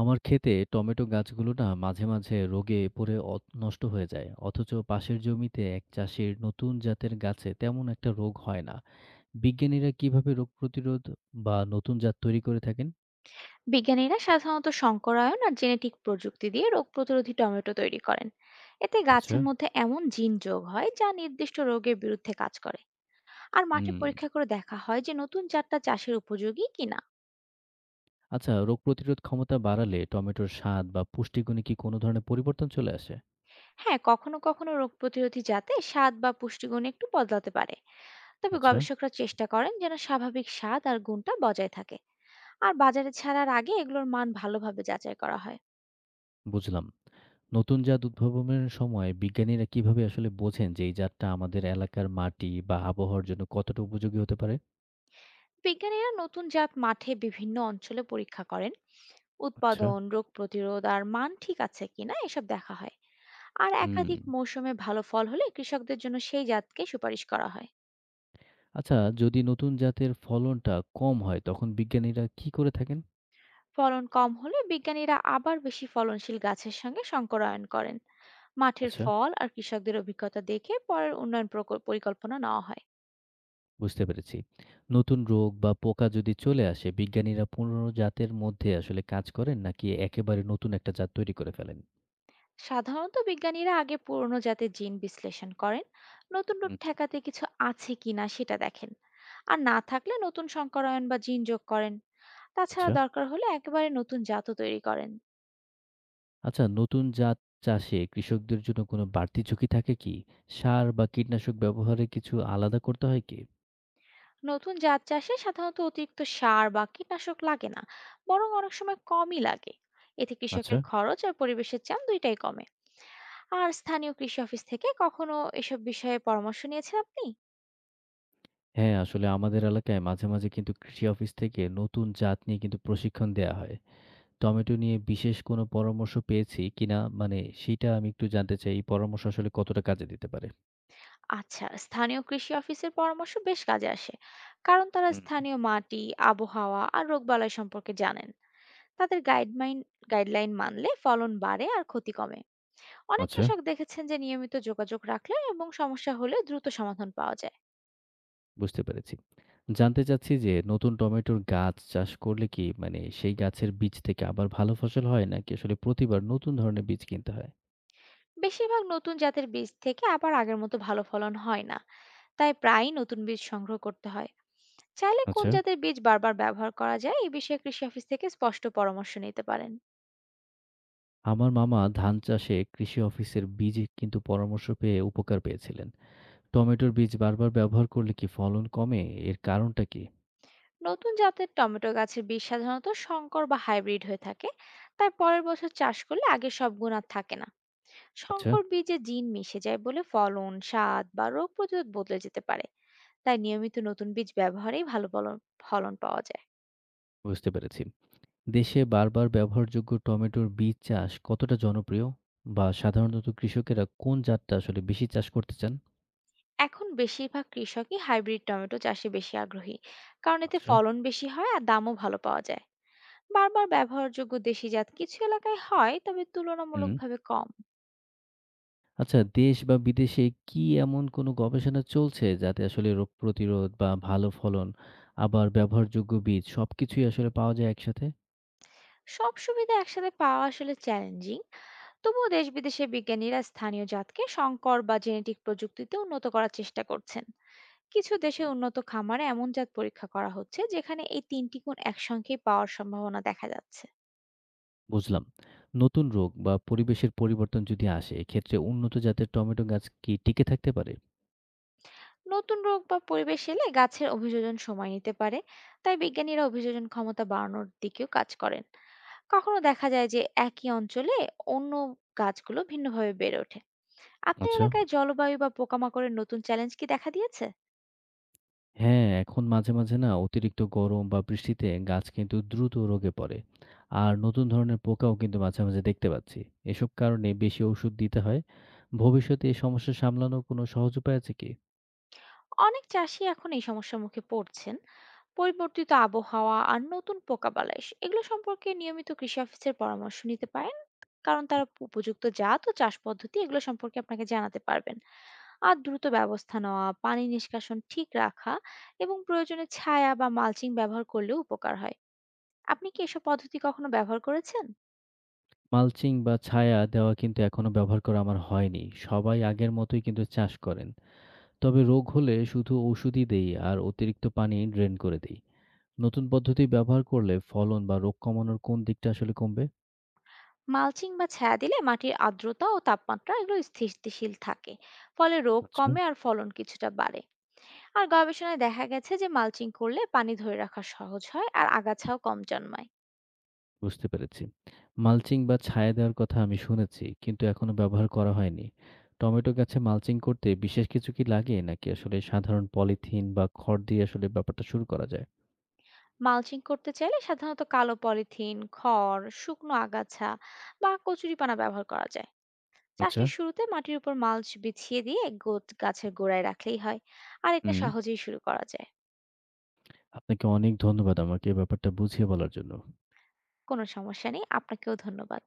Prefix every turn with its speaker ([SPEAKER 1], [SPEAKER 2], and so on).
[SPEAKER 1] আমার ক্ষেতে টমেটো গাছগুলো না মাঝে মাঝে রোগে পড়ে নষ্ট হয়ে যায়, অথচ পাশের জমিতে এক চাষির নতুন জাতের গাছে তেমন একটা রোগ হয় না। বিজ্ঞানীরা কিভাবে রোগ প্রতিরোধ বা নতুন জাত তৈরি করে থাকেন?
[SPEAKER 2] বিজ্ঞানীরা সাধারণত সংকরায়ন আর জেনেটিক প্রযুক্তি দিয়ে রোগ প্রতিরোধী টমেটো তৈরি করেন। এতে
[SPEAKER 1] আচ্ছা।
[SPEAKER 2] গাছের মধ্যে এমন জিন যোগ হয় যা নির্দিষ্ট রোগের বিরুদ্ধে কাজ করে। আর মাঠে
[SPEAKER 1] হুম।
[SPEAKER 2] পরীক্ষা করে দেখা হয় যে নতুন জাতটা চাষের উপযোগী কিনা।
[SPEAKER 1] আচ্ছা, রোগ প্রতিরোধ ক্ষমতা বাড়ালে টমেটোর স্বাদ বা পুষ্টিগুণে কি কোনো ধরনের পরিবর্তন চলে আসে?
[SPEAKER 2] হ্যাঁ, কখনো কখনো রোগ প্রতিরোধী জাতে স্বাদ বা পুষ্টিগুণ একটু বদলাতে পারে, তবে
[SPEAKER 1] আচ্ছা।
[SPEAKER 2] গবেষকরা চেষ্টা করেন যেন স্বাভাবিক স্বাদ আর গুণটা বজায় থাকে। আর বাজারে ছাড়ার আগে এগুলোর মান ভালোভাবে যাচাই করা হয়।
[SPEAKER 1] বুঝলাম। নতুন জাত উদ্ভাবনের সময় বিজ্ঞানীরা কিভাবে আসলে বোঝেন যে এই জাতটা আমাদের এলাকার মাটি বা আবহাওয়ার জন্য কতটা উপযোগী হতে পারে?
[SPEAKER 2] বিজ্ঞানীরা নতুন জাত মাঠে বিভিন্ন অঞ্চলে পরীক্ষা করেন,
[SPEAKER 1] আচ্ছা।
[SPEAKER 2] উৎপাদন রোগ প্রতিরোধ আর মান ঠিক আছে কিনা এসব দেখা হয়। আর
[SPEAKER 1] হুম।
[SPEAKER 2] একাধিক মৌসুমে ভালো ফল হলে কৃষকদের জন্য সেই জাতকে সুপারিশ করা হয়।
[SPEAKER 1] আচ্ছা, যদি নতুন জাতের ফলনটা কম হয়, তখন বিজ্ঞানীরা কি করে থাকেন?
[SPEAKER 2] ফলন কম হলে বিজ্ঞানীরা আবার বেশি ফলনশীল গাছের সঙ্গে সংকরায়ন করেন। মাঠের
[SPEAKER 1] আচ্ছা।
[SPEAKER 2] ফল আর কৃষকদের অভিজ্ঞতা দেখে পরের উন্নয়ন পরিকল্পনা নেওয়া হয়।
[SPEAKER 1] বুঝতে পেরেছি। নতুন রোগ বা পোকা যদি চলে আসে, বিজ্ঞানীরা পুরনো জাতের মধ্যে আসলে কাজ করেন নাকি একেবারে নতুন একটা জাত তৈরি করে ফেলেন?
[SPEAKER 2] সাধারণত বিজ্ঞানীরা আগে পুরনো জাতের জিন বিশ্লেষণ করেন, নতুন রোগ
[SPEAKER 1] হুম।
[SPEAKER 2] ঠেকাতে কিছু আছে কিনা সেটা দেখেন। আর না থাকলে নতুন সংকরায়ন বা জিন যোগ করেন। তাছাড়া
[SPEAKER 1] আচ্ছা।
[SPEAKER 2] দরকার হলে একেবারে নতুন জাতও তৈরি করেন।
[SPEAKER 1] আচ্ছা, নতুন জাত চাষে কৃষকদের জন্য কোনো বাড়তি ঝুঁকি থাকে কি? সার বা কীটনাশক ব্যবহারে কিছু আলাদা করতে হয় কি?
[SPEAKER 2] নতুন জাত চাষে সাধারণত অতিরিক্ত সার বা কীটনাশক লাগে না, বরং অনেক সময় কমই লাগে। এতে
[SPEAKER 1] আচ্ছা।
[SPEAKER 2] কৃষকের খরচ আর পরিবেশের চাপ দুইটাই কমে। আর স্থানীয় কৃষি অফিস থেকে কখনো এসব বিষয়ে পরামর্শ নিয়েছেন আপনি?
[SPEAKER 1] হ্যাঁ, আসলে আমাদের এলাকায় মাঝে মাঝে কিন্তু কৃষি অফিস থেকে নতুন জাত নিয়ে কিন্তু প্রশিক্ষণ দেয়া হয়। টমেটো নিয়ে বিশেষ কোনো পরামর্শ পেয়েছি কিনা মানে সেটা আমি একটু জানতে চাই। এই পরামর্শ আসলে কতটা কাজে দিতে পারে?
[SPEAKER 2] আচ্ছা, স্থানীয় কৃষি অফিসের পরামর্শ বেশ কাজে আসে, কারণ তারা
[SPEAKER 1] হুম।
[SPEAKER 2] স্থানীয় মাটি, আবহাওয়া আর রোগবালাই সম্পর্কে জানেন। তাদের গাইডলাইন গাইডলাইন মানলে ফলন বাড়ে আর ক্ষতি কমে। অনেক
[SPEAKER 1] আচ্ছা।
[SPEAKER 2] কৃষক দেখেছেন যে নিয়মিত যোগাযোগ রাখলে এবং সমস্যা হলে দ্রুত সমাধান পাওয়া যায়।
[SPEAKER 1] বুঝতে পেরেছি। জানতে চাচ্ছি যে নতুন টমেটোর গাছ চাষ করলে কি মানে সেই গাছের বীজ থেকে আবার ভালো ফসল হয় নাকি আসলে প্রতিবার নতুন ধরনের বীজ কিনতে হয়?
[SPEAKER 2] বেশিরভাগ নতুন জাতের বীজ থেকে আবার আগের মতো ভালো ফলন হয় না, তাই প্রায়ই নতুন বীজ সংগ্রহ করতে হয়। চাইলে কোন
[SPEAKER 1] আচ্ছা।
[SPEAKER 2] জাতের বীজ বারবার ব্যবহার করা যায় এই বিষয়ে কৃষি অফিস থেকে স্পষ্ট পরামর্শ নিতে পারেন।
[SPEAKER 1] আমার মামা ধান চাষে কৃষি অফিসের বীজ কিন্তু পরামর্শ পেয়ে উপকার পেয়েছিলেন। টমেটোর বীজ বারবার ব্যবহার করলে কি ফলন কমে? এর কারণটা কি?
[SPEAKER 2] নতুন জাতের টমেটো গাছের বীজ সাধারণত সংকর বা হাইব্রিড হয়ে থাকে, তাই পরের বছর চাষ করলে আগের সব গুণ আর থাকে না।
[SPEAKER 1] আচ্ছা,
[SPEAKER 2] সংকর বীজে জিন মিশে যায় বলে ফলন, স্বাদ বা রোগ প্রতিরোধ বদলে যেতে পারে। তাই নিয়মিত নতুন বীজ ব্যবহারেই ভালো ফলন ফলন পাওয়া যায়।
[SPEAKER 1] বুঝতে পেরেছি। দেশে বারবার ব্যবহারযোগ্য টমেটোর বীজ চাষ কতটা জনপ্রিয়? বা সাধারণত কৃষকেরা কোন জাতটা আসলে বেশি চাষ করতে চান?
[SPEAKER 2] এখন বেশিরভাগ কৃষকই হাইব্রিড টমেটো চাষে বেশি আগ্রহী, কারণ এতে
[SPEAKER 1] আচ্ছা।
[SPEAKER 2] ফলন বেশি হয় আর দামও ভালো পাওয়া যায়। বারবার ব্যবহারযোগ্য দেশি জাত কিছু এলাকায় হয়, তবে
[SPEAKER 1] হুম।
[SPEAKER 2] তুলনামূলকভাবে কম।
[SPEAKER 1] আচ্ছা, দেশ বা বিদেশে কি এমন কোনো গবেষণা চলছে যাতে আসলে রোগ প্রতিরোধ বা ভালো ফলন আবার ব্যবহারযোগ্য বীজ সবকিছুই আসলে পাওয়া যায় একসাথে?
[SPEAKER 2] সব সুবিধা একসাথে পাওয়া আসলে চ্যালেঞ্জিং, তবুও দেশ বিদেশে বিজ্ঞানীরা স্থানীয় জাতকে সংকর বা জেনেটিক প্রযুক্তিতে উন্নত করার চেষ্টা করছেন। কিছু দেশে উন্নত খামারে এমন জাত পরীক্ষা করা হচ্ছে যেখানে এই তিনটি গুণ একসঙ্গে পাওয়ার সম্ভাবনা দেখা যাচ্ছে।
[SPEAKER 1] বুঝলাম। নতুন রোগ বা পরিবেশের পরিবর্তন যদি আসে এক্ষেত্রে উন্নত জাতের টমেটো গাছ কি টিকে থাকতে পারে?
[SPEAKER 2] নতুন রোগ বা পরিবেশ এলে গাছের অভিযোজন সময় নিতে পারে, তাই বিজ্ঞানীরা অভিযোজন ক্ষমতা বাড়ানোর দিকেও কাজ করেন। কখনো দেখা যায় যে একই অঞ্চলে অন্য গাছগুলো ভিন্নভাবে বেড়ে ওঠে। আপনার
[SPEAKER 1] আচ্ছা।
[SPEAKER 2] এলাকায় জলবায়ু বা পোকামাকড়ের নতুন চ্যালেঞ্জ কি দেখা দিয়েছে?
[SPEAKER 1] হ্যাঁ, এখন মাঝে মাঝে না অতিরিক্ত গরম বা বৃষ্টিতে গাছ কিন্তু দ্রুত রোগে পড়ে। আর নতুন ধরনের পোকাও কিন্তু মাঝে মাঝে দেখতে পাচ্ছি। এসব কারণে বেশি ওষুধ দিতে হয়। ভবিষ্যতে এই সমস্যা সামলানোর কোনো সহজ উপায় আছে কি?
[SPEAKER 2] অনেক চাষি এখন এই সমস্যার মুখে পড়ছেন। পরিবর্তিত আবহাওয়া আর নতুন পোকাবালাই এগুলো সম্পর্কে নিয়মিত কৃষি অফিসের পরামর্শ নিতে পারেন, কারণ তারা উপযুক্ত জাত ও চাষ পদ্ধতি এগুলো সম্পর্কে আপনাকে জানাতে পারবেন। আর দ্রুত ব্যবস্থা নেওয়া, পানি নিষ্কাশন ঠিক রাখা এবং প্রয়োজনে ছায়া বা মালচিং ব্যবহার করলেও উপকার হয়। আপনি কি এসব পদ্ধতি কখনো ব্যবহার করেছেন?
[SPEAKER 1] মালচিং বা ছায়া দেওয়া কিন্তু এখনো ব্যবহার করা আমার হয়নি। সবাই আগের মতোই কিন্তু চাষ করেন। তবে রোগ হলে শুধু ওষুধই দেই আর অতিরিক্ত পানি ড্রেন করে দেই। নতুন পদ্ধতি ব্যবহার করলে ফলন বা রোগ কমানোর কোন দিকটা আসলে কমবে?
[SPEAKER 2] মালচিং বা ছায়া দিলে মাটির আর্দ্রতা ও তাপমাত্রা এগুলো স্থিতিশীল থাকে, ফলে রোগ
[SPEAKER 1] আচ্ছা।
[SPEAKER 2] কমে আর ফলন কিছুটা বাড়ে। আর গবেষণায় দেখা গেছে যে মালচিং করলে পানি ধরে রাখা সহজ হয় আর আগাছাও কম জন্মায়।
[SPEAKER 1] বুঝতে পেরেছি। মালচিং বা ছায়া দেওয়ার কথা আমি শুনেছি, কিন্তু এখনো ব্যবহার করা হয়নি। টমেটো গাছে মালচিং করতে বিশেষ কিছু কি লাগে? নাকি আসলে সাধারণ পলিথিন বা খড় দিয়ে আসলে ব্যাপারটা শুরু করা যায়?
[SPEAKER 2] মালচিং করতে চাইলে সাধারণত কালো পলিথিন, খড়, শুকনো আগাছা বা কচুরিপানা ব্যবহার করা যায়।
[SPEAKER 1] আচ্ছা,
[SPEAKER 2] চাষের শুরুতে মাটির উপর মালচ বিছিয়ে দিয়ে গোত গাছের গোড়ায় রাখলেই হয়, আর এটা
[SPEAKER 1] হুম।
[SPEAKER 2] সহজেই শুরু করা যায়।
[SPEAKER 1] আপনাকে অনেক ধন্যবাদ আমাকে এই ব্যাপারটা বুঝিয়ে বলার জন্য।
[SPEAKER 2] কোনো সমস্যা নেই, আপনাকেও ধন্যবাদ।